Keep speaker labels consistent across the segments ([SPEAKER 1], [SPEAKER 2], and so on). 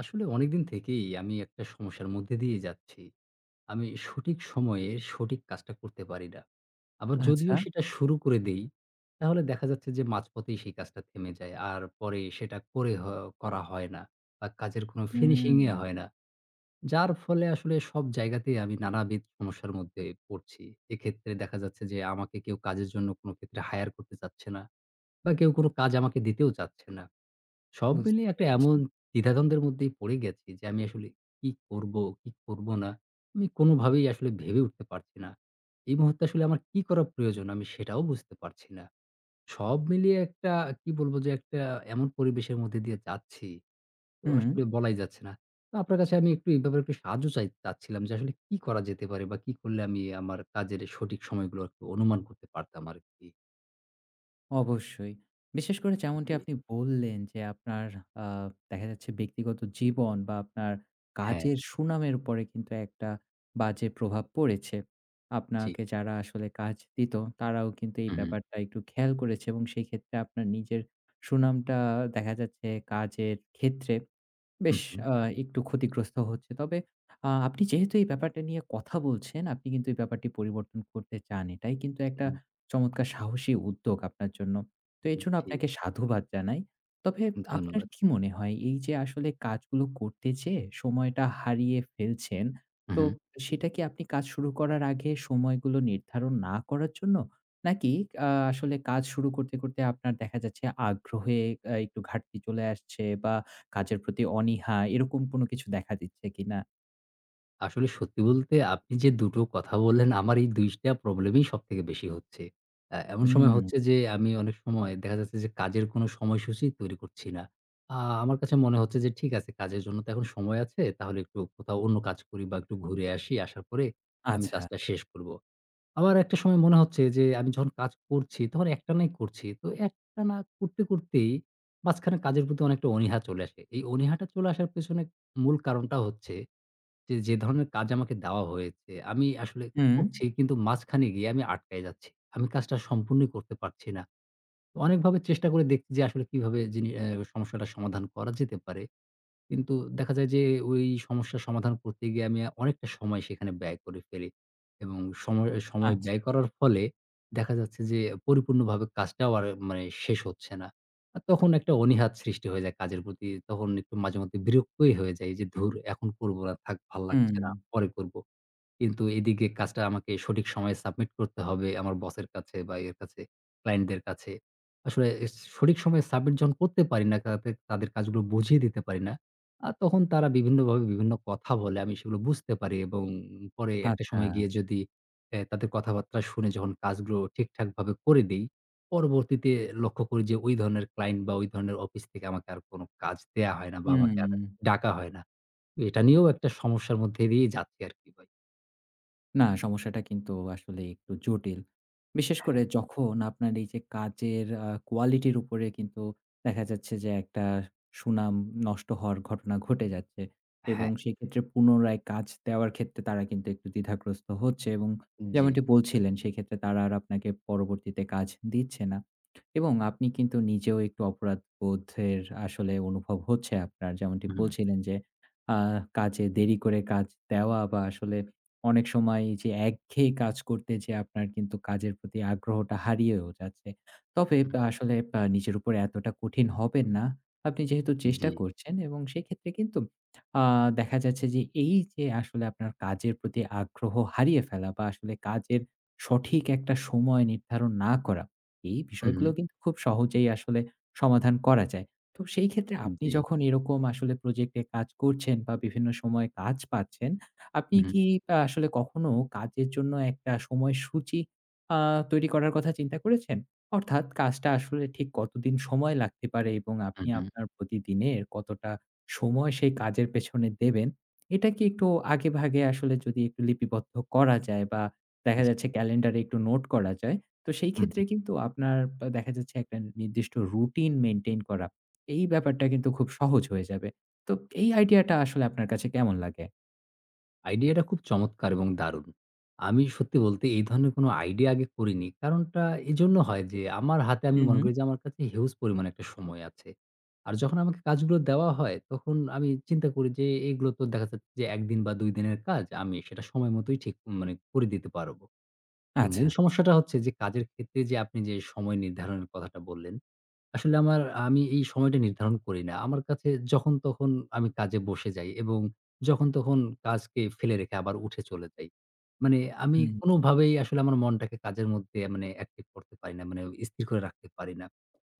[SPEAKER 1] আসলে অনেকদিন থেকেই আমি একটা সমস্যার মধ্যে দিয়ে যাচ্ছি। আমি সঠিক সময়ে সঠিক কাজটা করতে পারি না। আবার যদিও
[SPEAKER 2] আচ্ছা।
[SPEAKER 1] সেটা শুরু করে দেই, তাহলে দেখা যাচ্ছে যে মাঝপথেই সেই কাজটা থেমে যায়। আর পরে সেটা করে করা হয় না বা কাজের কোনো ফিনিশিং এ
[SPEAKER 2] হুম,
[SPEAKER 1] হয় না। যার ফলে আসলে সব জায়গাতেই আমি নানাবিধ সমস্যার মধ্যে পড়ছি। এক্ষেত্রে দেখা যাচ্ছে যে আমাকে কেউ কাজের জন্য কোনো ক্ষেত্রে হায়ার করতে চাচ্ছে না বা কেউ কোনো কাজ আমাকে দিতেও চাচ্ছে না। সব
[SPEAKER 2] বুঝতে
[SPEAKER 1] মিলিয়ে একটা
[SPEAKER 2] পেরেছি।
[SPEAKER 1] এমন দ্বিধাদ্বন্দ্বের মধ্যেই পড়ে গেছি যে, আমি আসলে কি করব, কি করব না? আমি কোনোভাবেই আসলে ভেবে উঠতে পারছি না। এই মুহূর্তে আসলে আমার কি করা প্রয়োজন? আমি সেটাও বুঝতে পারছি না। সব মিলিয়ে একটা কি বলবো যে, একটা এমন পরিবেশের মধ্যে দিয়ে যাচ্ছি, তো
[SPEAKER 2] হুম,
[SPEAKER 1] আসলে বলাই যাচ্ছে না। তো আপনার কাছে আমি একটু এই ব্যাপারে একটু সাহায্য চাচ্ছিলাম যে, আসলে কি করা যেতে পারে বা কি করলে আমি আমার কাজের সঠিক সময়গুলো একটু অনুমান করতে পারতাম আরকি।
[SPEAKER 2] অবশ্যই। বিশেষ করে যেমনটি
[SPEAKER 1] জি,
[SPEAKER 2] আপনি বললেন যে, আপনার আ দেখা যাচ্ছে ব্যক্তিগত জীবন বা আপনার
[SPEAKER 1] হ্যাঁ,
[SPEAKER 2] কাজের সুনামের উপরে কিন্তু একটা বাজে প্রভাব পড়েছে।
[SPEAKER 1] জি।
[SPEAKER 2] আপনাকে যারা আসলে কাজ দিত, তারাও কিন্তু এই
[SPEAKER 1] হুম,
[SPEAKER 2] ব্যাপারটা একটু খেয়াল করেছে এবং সেই ক্ষেত্রে আপনার নিজের সুনামটা দেখা যাচ্ছে কাজের ক্ষেত্রে বেশ
[SPEAKER 1] হুম, হুম,
[SPEAKER 2] আ একটু ক্ষতিগ্রস্ত হচ্ছে। তবে আপনি যেহেতু এই ব্যাপারটা নিয়ে কথা বলছেন, আপনি কিন্তু এই ব্যাপারটি পরিবর্তন করতে চান। এটাই কিন্তু একটা
[SPEAKER 1] হুম।
[SPEAKER 2] চমৎকার সাহসী উদ্যোগ আপনার জন্য। তো এর জন্য
[SPEAKER 1] জি,
[SPEAKER 2] আপনাকে সাধুবাদ জানাই। তবে আপনার
[SPEAKER 1] ধন্যবাদ।
[SPEAKER 2] কি মনে হয় এই যে আসলে কাজগুলো করতে যেয়ে সময়টা হারিয়ে ফেলছেন,
[SPEAKER 1] হু,
[SPEAKER 2] তো
[SPEAKER 1] হু।
[SPEAKER 2] সেটা কি আপনি কাজ শুরু করার আগে সময়গুলো নির্ধারণ না করার জন্য? নাকি আসলে কাজ শুরু করতে, করতে আপনার দেখা যাচ্ছে আগ্রহে একটু ঘাটতি চলে আসছে বা কাজের প্রতি অনীহা এরকম কোনো কিছু দেখা দিচ্ছে কিনা?
[SPEAKER 1] আসলে সত্যি বলতে আপনি যে ২ টো কথা বললেন, আমার এই ২ টা প্রবলেমই সবথেকে বেশি হচ্ছে। এমন সময়
[SPEAKER 2] হুম,
[SPEAKER 1] হচ্ছে যে আমি অনেক সময় দেখা যাচ্ছে যে কাজের কোনো সময়সূচি তৈরি করছি না। আ আমার কাছে মনে হচ্ছে যে ঠিক আছে কাজের জন্য তো এখন সময় আছে। তাহলে একটু কোথাও অন্য কাজ করি বা একটু ঘুরে আসি। আসার পরে আমি
[SPEAKER 2] আচ্ছা।
[SPEAKER 1] কাজটা শেষ করব। আবার একটা সময় মনে হচ্ছে যে আমি যখন কাজ করছি তখন একটানাই করছি। তো একটানা করতে, করতেই মাঝখানে কাজের প্রতি অনেকটা অনীহা চলে আসে। এই অনীহাটা চলে আসার পেছনে মূল কারণটা হচ্ছে যে, যে ধরনের কাজ আমাকে দেওয়া হয়েছে, আমি আসলে
[SPEAKER 2] হুম,
[SPEAKER 1] করছি কিন্তু মাঝখানে গিয়ে আমি আটকায় যাচ্ছি। আমি কাজটা সম্পূর্ণই করতে পারছি না। তো অনেকভাবে চেষ্টা করে দেখছি যে আসলে কিভাবে যিনি অ্যা সমস্যাটার সমাধান করা যেতে পারে। কিন্তু দেখা যায় যে ওই সমস্যার সমাধান করতে গিয়ে আমি অনেকটা সময় সেখানে ব্যয় করে ফেলি। এবং সময় সময়
[SPEAKER 2] আচ্ছা।
[SPEAKER 1] ব্যয় করার ফলে দেখা যাচ্ছে যে পরিপূর্ণভাবে কাজটাও আর মানে শেষ হচ্ছে না। আর তখন একটা অনীহা সৃষ্টি হয়ে যায় কাজের প্রতি। তখন একটু মাঝেমধ্যে বিরক্তই হয়ে যাই যে, "ধুর! এখন করব না। থাক ভাল্লাগছে
[SPEAKER 2] হুম,
[SPEAKER 1] না। পরে করব।" কিন্তু এদিকে কাজটা আমাকে সঠিক সময়ে সাবমিট করতে হবে আমার বসের কাছে বা এর কাছে, ক্লায়েন্টদের কাছে। আসলে সঠিক সময়ে সাবমিট যখন করতে পারি না, তাদের তাদের কাজগুলো বুঝিয়ে দিতে পারি না, তখন তারা বিভিন্নভাবে বিভিন্ন কথা বলে। আমি সেগুলো বুঝতে পারি এবং পরে একটা
[SPEAKER 2] আচ্ছা।
[SPEAKER 1] সময় গিয়ে যদি তাদের কথাবার্তা শুনে যখন কাজগুলো ঠিকঠাকভাবে করে দেই, পরবর্তীতে লক্ষ্য করি যে ওই ধরনের ক্লায়েন্ট বা ওই ধরনের অফিস থেকে আমাকে আর কোনো কাজ দেয়া হয় না বা আমাকে আর
[SPEAKER 2] হুম।
[SPEAKER 1] ডাকা হয় না। তো এটা নিয়েও একটা সমস্যার মধ্যে দিয়েই যাচ্ছি আরকি ভাই।
[SPEAKER 2] না, সমস্যাটা কিন্তু আসলে একটু জটিল। বিশেষ করে
[SPEAKER 1] হ্যাঁ।
[SPEAKER 2] যখন আপনার এই যে কাজের কোয়ালিটির উপরে কিন্তু দেখা যাচ্ছে যে একটা সুনাম নষ্ট হওয়ার ঘটনা ঘটে যাচ্ছে এবং
[SPEAKER 1] হ্যাঁ,
[SPEAKER 2] সেক্ষেত্রে পুনরায় কাজ দেওয়ার ক্ষেত্রে তারা কিন্তু একটু দ্বিধাগ্রস্ত হচ্ছে এবং
[SPEAKER 1] জি।
[SPEAKER 2] যেমনটি বলছিলেন সেক্ষেত্রে তারা আর আপনাকে পরবর্তীতে কাজ দিচ্ছে না এবং আপনি কিন্তু নিজেও একটু অপরাধবোধের আসলে অনুভব হচ্ছে আপনার। যেমনটি
[SPEAKER 1] হুম,
[SPEAKER 2] বলছিলেন যে আ কাজে দেরি করে কাজ দেওয়া বা আসলে অনেক সময় এই যে একঘেয়ে কাজ করতে যেয়ে আপনার কিন্তু কাজের প্রতি আগ্রহটা হারিয়েও যাচ্ছে। তবে
[SPEAKER 1] হুম,
[SPEAKER 2] আসলে নিজের উপর এতটা কঠিন হবেন না। আপনি যেহেতু চেষ্টা
[SPEAKER 1] জি,
[SPEAKER 2] করছেন এবং সেক্ষেত্রে কিন্তু আ দেখা যাচ্ছে যে এই যে আসলে আপনার কাজের প্রতি আগ্রহ হারিয়ে ফেলা বা আসলে কাজের সঠিক একটা সময় নির্ধারণ না করা, এই
[SPEAKER 1] হু,
[SPEAKER 2] বিষয়গুলো
[SPEAKER 1] হুম,
[SPEAKER 2] কিন্তু খুব সহজেই আসলে সমাধান করা যায়। তো সেই ক্ষেত্রে আপনি
[SPEAKER 1] জি,
[SPEAKER 2] যখন এরকম আসলে প্রজেক্টে কাজ করছেন বা বিভিন্ন সময় কাজ পাচ্ছেন আপনি
[SPEAKER 1] হুম, হুম,
[SPEAKER 2] কি আসলে কখনো কাজের জন্য একটা সময়সূচি আ তৈরি করার কথা চিন্তা করেছেন? অর্থাৎ কাজটা আসলে ঠিক কতদিন সময় লাগতে পারে এবং আপনি
[SPEAKER 1] হুম,
[SPEAKER 2] আপনার প্রতিদিনের কতটা সময় সেই কাজের পেছনে দেবেন? এটা কি একটু আগেভাগে আসলে যদি একটু লিপিবদ্ধ করা যায় বা দেখা
[SPEAKER 1] জি।
[SPEAKER 2] যাচ্ছে ক্যালেন্ডারে একটু নোট করা যায়, তো সেই
[SPEAKER 1] হুম,
[SPEAKER 2] ক্ষেত্রে
[SPEAKER 1] হুম।
[SPEAKER 2] কিন্তু আপনার বা দেখা যাচ্ছে একটা নির্দিষ্ট রুটিন মেইনটেইন করা, এই ব্যাপারটা কিন্তু খুব সহজ হয়ে যাবে। তো এই আইডিয়াটা আসলে আপনার কাছে কেমন লাগে?
[SPEAKER 1] আইডিয়াটা খুব চমৎকার এবং দারুণ। আমি সত্যি বলতে এই ধরনের কোনো আইডিয়া আগে করিনি। কারণটা এজন্য হয় যে আমার হাতে আমি
[SPEAKER 2] হু, হু।
[SPEAKER 1] মনে করি যে আমার কাছে হিউজ পরিমাণে একটা সময় আছে। আর যখন আমাকে কাজগুলো দেওয়া হয় তখন আমি চিন্তা করি যে এগুলো তো দেখা যাচ্ছে যে ১ দিন বা ২ দিনের কাজ আমি সেটা সময় মতোই ঠিক মানে করে দিতে পারব।
[SPEAKER 2] আচ্ছা।
[SPEAKER 1] মূল সমস্যাটা হচ্ছে যে কাজের ক্ষেত্রে যে আপনি যে সময় নির্ধারণের কথাটা বললেন আসলে আমার আমি এই সময়টা নির্ধারণ করি না। আমার কাছে যখন তখন আমি কাজে বসে যাই এবং যখন তখন কাজকে ফেলে রেখে আবার উঠে চলে যাই। মানে আমি
[SPEAKER 2] হুম।
[SPEAKER 1] কোনোভাবেই আসলে আমার মনটাকে কাজের মধ্যে মানে অ্যাক্টিভ করতে পারি না। মানে স্থির করে রাখতে পারি না।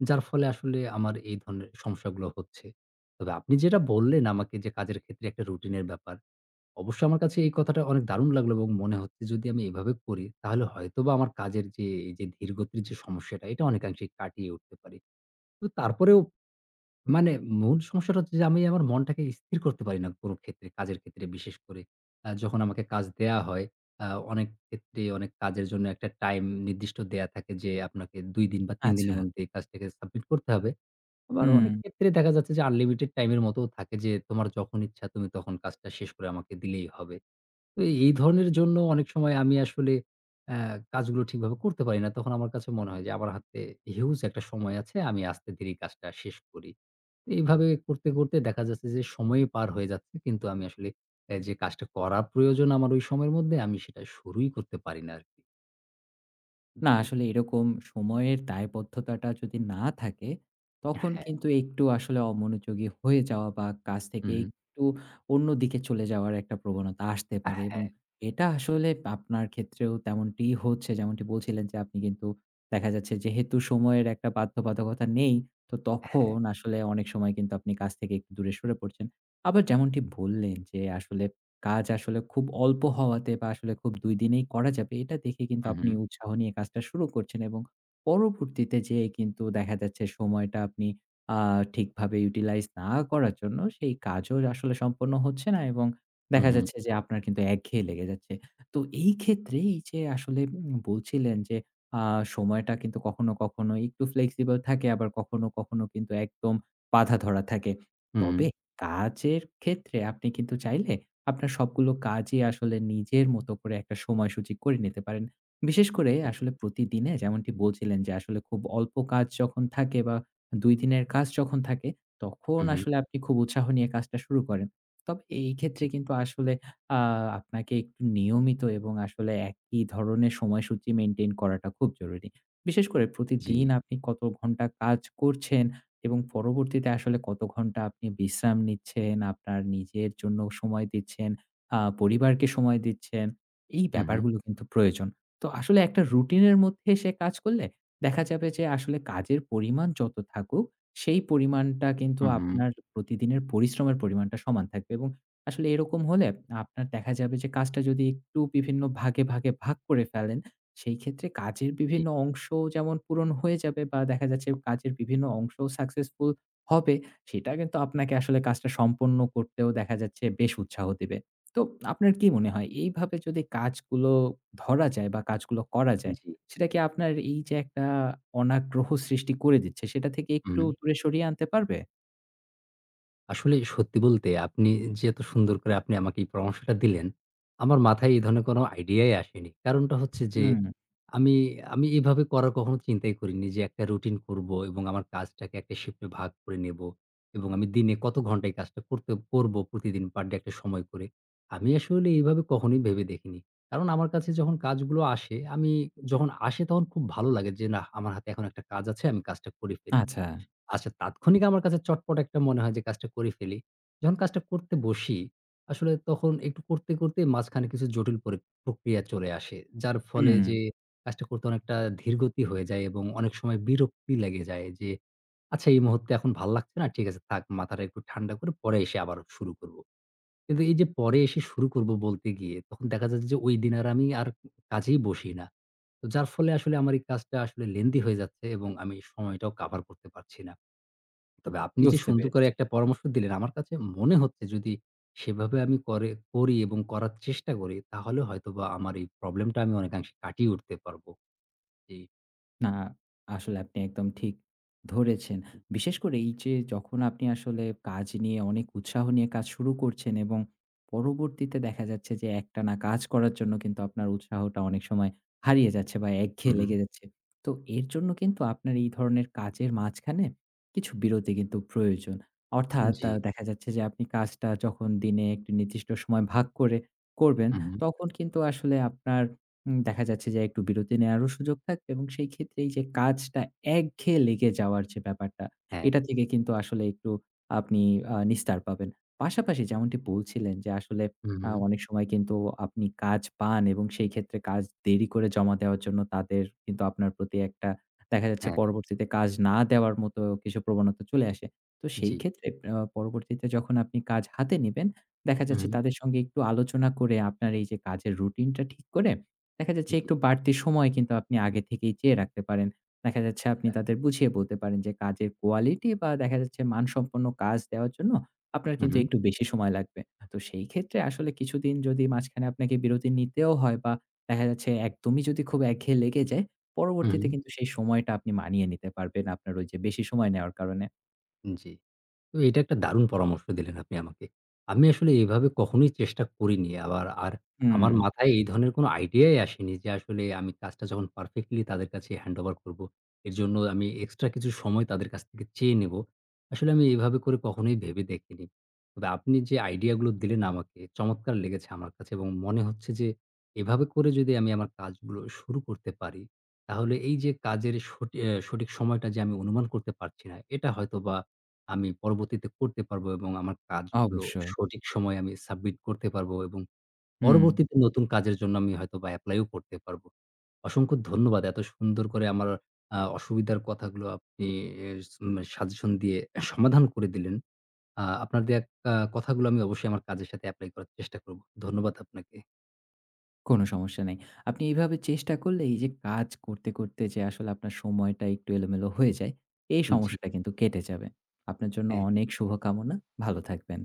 [SPEAKER 1] যার ফলে আসলে আমার এই ধরনের সমস্যাগুলো হচ্ছে। তবে আপনি যেটা বললেন আমাকে যে কাজের ক্ষেত্রে একটা রুটিনের ব্যাপার। অবশ্যই আমার কাছে এই কথাটা অনেক দারুণ লাগলো এবং মনে হচ্ছে যদি আমি এভাবে করি তাহলে হয়তোবা আমার কাজের যে এই যে ধীরগতির যে সমস্যাটা এটা অনেকাংশেই কাটিয়ে উঠতে পারি। তো তারপরেও মানে মূল সমস্যাটা হচ্ছে যে আমি আমার মনটাকে স্থির করতে পারি না কোনো ক্ষেত্রে, কাজের ক্ষেত্রে বিশেষ করে। যখন আমাকে কাজ দেয়া হয়, আ অনেক ক্ষেত্রে অনেক কাজের জন্য একটা টাইম নির্দিষ্ট দেয়া থাকে যে আপনাকে ২ দিন বা ৩
[SPEAKER 2] আচ্ছা।
[SPEAKER 1] দিনের মধ্যে এই কাজটাকে সাবমিট করতে হবে। আবার
[SPEAKER 2] হুম।
[SPEAKER 1] অনেক ক্ষেত্রে দেখা যাচ্ছে যে আনলিমিটেড টাইম এর মতোও থাকে যে তোমার যখন ইচ্ছা তুমি তখন কাজটা শেষ করে আমাকে দিলেই হবে। তো এই ধরনের জন্য অনেক সময় আমি আসলে অ্যা কাজগুলো ঠিকভাবে করতে পারি না। তখন আমার কাছে মনে হয় যে আমার হাতে হিউজ একটা সময় আছে। আমি আস্তে ধীরেই কাজটা শেষ করি। তো এইভাবে করতে, করতে দেখা যাচ্ছে যে সময়ই পার হয়ে যাচ্ছে। কিন্তু আমি আসলে যে কাজটা করা প্রয়োজন আমার ওই সময়ের মধ্যে আমি সেটা শুরুই করতে পারি না আরকি।
[SPEAKER 2] না,
[SPEAKER 1] জি।
[SPEAKER 2] আসলে এরকম সময়ের দায়বদ্ধতাটা যদি না থাকে, তখন
[SPEAKER 1] হ্যাঁ,
[SPEAKER 2] কিন্তু একটু আসলে অমনোযোগী হয়ে যাওয়া বা কাজ
[SPEAKER 1] হুম,
[SPEAKER 2] থেকে
[SPEAKER 1] হুম।
[SPEAKER 2] একটু অন্যদিকে চলে যাওয়ার একটা প্রবণতা আসতে পারে এবং
[SPEAKER 1] হ্যাঁ,
[SPEAKER 2] এটা আসলে আপনার ক্ষেত্রেও তেমনটিই হচ্ছে। যেমনটি বলছিলেন যে আপনি কিন্তু দেখা যাচ্ছে যেহেতু সময়ের একটা বাধ্যবাধকতা নেই, তো
[SPEAKER 1] হ্যাঁ।
[SPEAKER 2] তখন আসলে অনেক সময় কিন্তু আপনি কাজ থেকে একটু দূরে সরে পড়ছেন। আবার যেমনটি বললেন যে আসলে কাজ আসলে খুব অল্প হওয়াতে বা আসলে খুব ২ দিনেই করা যাবে এটা দেখে কিন্তু
[SPEAKER 1] হুম,
[SPEAKER 2] আপনি
[SPEAKER 1] হুম,
[SPEAKER 2] উৎসাহ নিয়ে কাজটা শুরু করছেন এবং পরবর্তীতে যেয়ে কিন্তু দেখা যাচ্ছে সময়টা আপনি আ ঠিকভাবে ইউটিলাইজ না করার জন্য সেই কাজও আসলে সম্পন্ন হচ্ছে না এবং
[SPEAKER 1] হুম,
[SPEAKER 2] দেখা
[SPEAKER 1] হুম,
[SPEAKER 2] যাচ্ছে যে আপনার কিন্তু একঘেয়ে লেগে যাচ্ছে। তো এই ক্ষেত্রে এই যে আসলে বলছিলেন যে আ সময়টা কিন্তু কখনো, কখনো একটু ফ্লেক্সিবল থাকে আবার কখনো, কখনো কিন্তু একদম বাঁধা ধরা থাকে।
[SPEAKER 1] হুম, হুম,
[SPEAKER 2] তবে কাজের ক্ষেত্রে আপনি কিন্তু চাইলে আপনার সবগুলো কাজই আসলে নিজের মতো করে একটা সময়সূচি করে নিতে পারেন। বিশেষ করে
[SPEAKER 1] জি,
[SPEAKER 2] আসলে প্রতিদিনে যেমনটি বলছিলেন যে আসলে খুব অল্প কাজ যখন থাকে বা ২ দিনের কাজ যখন থাকে, তখন
[SPEAKER 1] হুম, হুম,
[SPEAKER 2] আসলে আপনি খুব উৎসাহ নিয়ে কাজটা শুরু করেন। তবে এই ক্ষেত্রে
[SPEAKER 1] জি,
[SPEAKER 2] কিন্তু আসলে আ আপনাকে একটু নিয়মিত এবং আসলে একই ধরনের সময়সূচি মেইনটেইন করাটা খুব জরুরি। বিশেষ করে
[SPEAKER 1] জি,
[SPEAKER 2] প্রতিদিন আপনি কত ঘন্টা কাজ করছেন এবং পরবর্তীতে আসলে কত ঘন্টা আপনি বিশ্রাম নিচ্ছেন, আপনার নিজের জন্য সময় দিচ্ছেন, পরিবারকে সময় দিচ্ছেন। এই
[SPEAKER 1] হুম, হুম,
[SPEAKER 2] ব্যাপারগুলো কিন্তু প্রয়োজন। তো আসলে একটা রুটিনের মধ্যে এসে কাজ করলে দেখা যাবে যে আসলে কাজের পরিমাণ যত থাকুক, সেই পরিমাণটা কিন্তু
[SPEAKER 1] হুম, হুম,
[SPEAKER 2] আপনার প্রতিদিনের পরিশ্রমের পরিমাণটা সমান থাকবে এবং আসলে এরকম হলে আপনার দেখা যাবে যে কাজটা যদি একটু বিভিন্ন ভাগে, ভাগে ভাগ করে ফেলেন সেই ক্ষেত্রে কাজের
[SPEAKER 1] জি,
[SPEAKER 2] বিভিন্ন অংশ যেমন পূরণ হয়ে যাবে বা দেখা যাচ্ছে কাজের বিভিন্ন অংশ সাকসেসফুল হবে, সেটা কিন্তু আপনাকে আসলে কাজটা সম্পন্ন করতেও দেখা যাচ্ছে বেশ উৎসাহ দিবে। তো আপনার কি মনে হয় এইভাবে যদি কাজগুলো ধরা যায় বা কাজগুলো করা যায়,
[SPEAKER 1] জি,
[SPEAKER 2] সেটা কি আপনার এই যে একটা অনাগ্রহ সৃষ্টি করে দিচ্ছে সেটা থেকে
[SPEAKER 1] হুম।
[SPEAKER 2] একটু দূরে সরিয়ে আনতে পারবে?
[SPEAKER 1] আসলে সত্যি বলতে আপনি যে এত সুন্দর করে আপনি আমাকে এই পরামর্শটা দিলেন, আমার মাথায় এই ধরনের কোনো আইডিয়াই আসেনি। কারণটা হচ্ছে যে
[SPEAKER 2] হুম,
[SPEAKER 1] আমি আমি এভাবে করার কখনো চিন্তাই করিনি যে একটা রুটিন করব এবং আমার কাজটাকে একটা শিফটে ভাগ করে নেব এবং আমি দিনে কত ঘন্টা এই কাজটা করতে করব প্রতিদিন পার ডে একটা সময় করে। আমি আসলে এইভাবে কখনোই ভেবে দেখিনি। কারণ আমার কাছে যখন কাজগুলো আসে, আমি যখন আসে তখন খুব ভালো লাগে যে নাহ আমার হাতে এখন একটা কাজ আছে আমি কাজটা করে ফেলি।
[SPEAKER 2] আচ্ছা।
[SPEAKER 1] আচ্ছা, তাৎক্ষণিক আমার কাছে চটপট একটা মনে হয় যে কাজটা করে ফেলি। যখন কাজটা করতে বসি, আসলে তখন একটু করতে, করতে মাঝখানে কিছু জটিল প্রক্রিয়া চলে আসে। যার ফলে
[SPEAKER 2] হুম,
[SPEAKER 1] যে কাজটা করতে অনেকটা ধীরগতি হয়ে যায় এবং অনেক সময় বিরক্তি লেগে যায় যে, "আচ্ছা এই মুহূর্তে এখন ভাল লাগছে না। ঠিক আছে থাক মাথাটা একটু ঠান্ডা করে পরে এসে আবার শুরু করব।" কিন্তু এই যে পরে এসে শুরু করব বলতে গিয়ে তখন দেখা যাচ্ছে যে ওই দিন আর আমি আর কাজেই বসি না। তো যার ফলে আসলে আমার এই কাজটা আসলে লেন্দি হয়ে যাচ্ছে এবং আমি সময়টাও কাভার করতে পারছি না। তবে আপনি যে
[SPEAKER 2] বুঝতে
[SPEAKER 1] সুন্দর করে
[SPEAKER 2] পেরেছি।
[SPEAKER 1] একটা পরামর্শ দিলেন, আমার কাছে মনে হচ্ছে যদি সেভাবে আমি করে করি এবং করার চেষ্টা করি, তাহলে হয়তোবা আমার এই প্রবলেমটা আমি অনেকাংশে কাটিয়ে উঠতে পারব। জি।
[SPEAKER 2] না, আসলে আপনি একদম ঠিক ধরেছেন। বিশেষ করে এই যে যখন আপনি আসলে কাজ নিয়ে অনেক উৎসাহ নিয়ে কাজ শুরু করছেন এবং পরবর্তীতে দেখা যাচ্ছে যে একটানা কাজ করার জন্য কিন্তু আপনার উৎসাহটা অনেক সময় হারিয়ে যাচ্ছে বা একঘেয়ে
[SPEAKER 1] হুম,
[SPEAKER 2] লেগে যাচ্ছে। তো এর জন্য কিন্তু আপনার এই ধরনের কাজের মাঝখানে কিছু বিরতি কিন্তু প্রয়োজন। অর্থাৎ
[SPEAKER 1] জি।
[SPEAKER 2] দেখা যাচ্ছে যে আপনি কাজটা যখন দিনে একটি নির্দিষ্ট সময় ভাগ করে করবেন,
[SPEAKER 1] হুম,
[SPEAKER 2] তখন কিন্তু আসলে আপনার দেখা যাচ্ছে যে একটু বিরতি নেয়ারও সুযোগ থাকবে এবং সেই ক্ষেত্রে এই যে কাজটা একঘেয়ে লেগে যাওয়ার যে ব্যাপারটা,
[SPEAKER 1] হ্যাঁ।
[SPEAKER 2] এটা থেকে কিন্তু আসলে একটু আপনি নিস্তার পাবেন। পাশাপাশি যেমনটি বলছিলেন যে আসলে
[SPEAKER 1] হুম,
[SPEAKER 2] অনেক সময় কিন্তু আপনি কাজ পান এবং সেই ক্ষেত্রে কাজ দেরি করে জমা দেওয়ার জন্য তাদের কিন্তু আপনার প্রতি একটা দেখা যাচ্ছে
[SPEAKER 1] হ্যাঁ,
[SPEAKER 2] পরবর্তীতে কাজ না দেওয়ার মতো কিছু প্রবণতা চলে আসে। তো সেই
[SPEAKER 1] জি।
[SPEAKER 2] ক্ষেত্রে পরবর্তীতে যখন আপনি কাজ হাতে নিবেন, দেখা যাচ্ছে
[SPEAKER 1] হুম,
[SPEAKER 2] তাদের সঙ্গে একটু আলোচনা করে আপনার এই যে কাজের রুটিনটা ঠিক করে দেখা যাচ্ছে
[SPEAKER 1] জি,
[SPEAKER 2] একটু বাড়তি সময় কিন্তু আপনি আগে থেকেই চেয়ে রাখতে পারেন। দেখা যাচ্ছে আপনি
[SPEAKER 1] হ্যাঁ।
[SPEAKER 2] তাদের বুঝিয়ে বলতে পারেন যে কাজের কোয়ালিটি বা দেখা যাচ্ছে মানসম্পন্ন কাজ দেওয়ার জন্য আপনার কিন্তু
[SPEAKER 1] হুম,
[SPEAKER 2] একটু বেশি সময় লাগবে। তো সেই ক্ষেত্রে আসলে কিছুদিন যদি মাঝখানে আপনাকে বিরতি নিতেও হয় বা দেখা যাচ্ছে একদমই যদি খুব একঘেয়ে লেগে যায়, পরবর্তীতে কিন্তু সেই সময়টা আপনি মানিয়ে নিতে পারবেন আপনার ওই যে বেশি সময় নেওয়ার কারণে।
[SPEAKER 1] হুম, জি। তো এটা একটা দারুণ পরামর্শ দিলেন আপনি আমাকে। আমি আসলে এভাবে কখনোই চেষ্টা করিনি। আবার আর
[SPEAKER 2] হুম,
[SPEAKER 1] আমার মাথায় এই ধরনের কোনো আইডিয়াই আসেনি যে আসলে আমি কাজটা যখন পারফেক্টলি তাদের কাছে হ্যান্ড ওভার করব। এর জন্য আমি এক্সট্রা কিছু সময় তাদের কাছ থেকে চেয়ে নেব। আসলে আমি এভাবে করে কখনোই ভেবে দেখিনি। তবে আপনি যে আইডিয়া গুলো দিলেন আমাকে চমৎকার লেগেছে আমার কাছে এবং মনে হচ্ছে যে এভাবে করে যদি আমি আমার কাজগুলো শুরু করতে পারি, তাহলে এই যে কাজের সঠিক সময়টা যে আমি অনুমান করতে পারছি না, এটা হয়তোবা আমি পরবর্তীতে করতে পারবো এবং আমার কাজগুলো
[SPEAKER 2] অবশ্যই।
[SPEAKER 1] সঠিক সময়ে আমি সাবমিট করতে পারবো এবং
[SPEAKER 2] হুম।
[SPEAKER 1] পরবর্তীতে নতুন কাজের জন্য আমি হয়তোবা এপ্লাইও করতে পারবো। অসংখ্য ধন্যবাদ। এত সুন্দর করে আমার অসুবিধার কথাগুলো আপনি এস মানে সাজেশন দিয়ে সমাধান করে দিলেন। আপনার দেয়া কথাগুলো আমি অবশ্যই আমার কাজের সাথে এপ্লাই করার চেষ্টা করব। ধন্যবাদ আপনাকে।
[SPEAKER 2] কোনো সমস্যা নেই। আপনি এভাবে চেষ্টা করলে এই যে কাজ করতে, করতে যে আসলে আপনার সময়টা একটু এলোমেলো হয়ে যায়, এই
[SPEAKER 1] জি,
[SPEAKER 2] সমস্যাটা কিন্তু কেটে যাবে। আপনার জন্য
[SPEAKER 1] হ্যাঁ।
[SPEAKER 2] অনেক শুভকামনা। ভালো থাকবেন।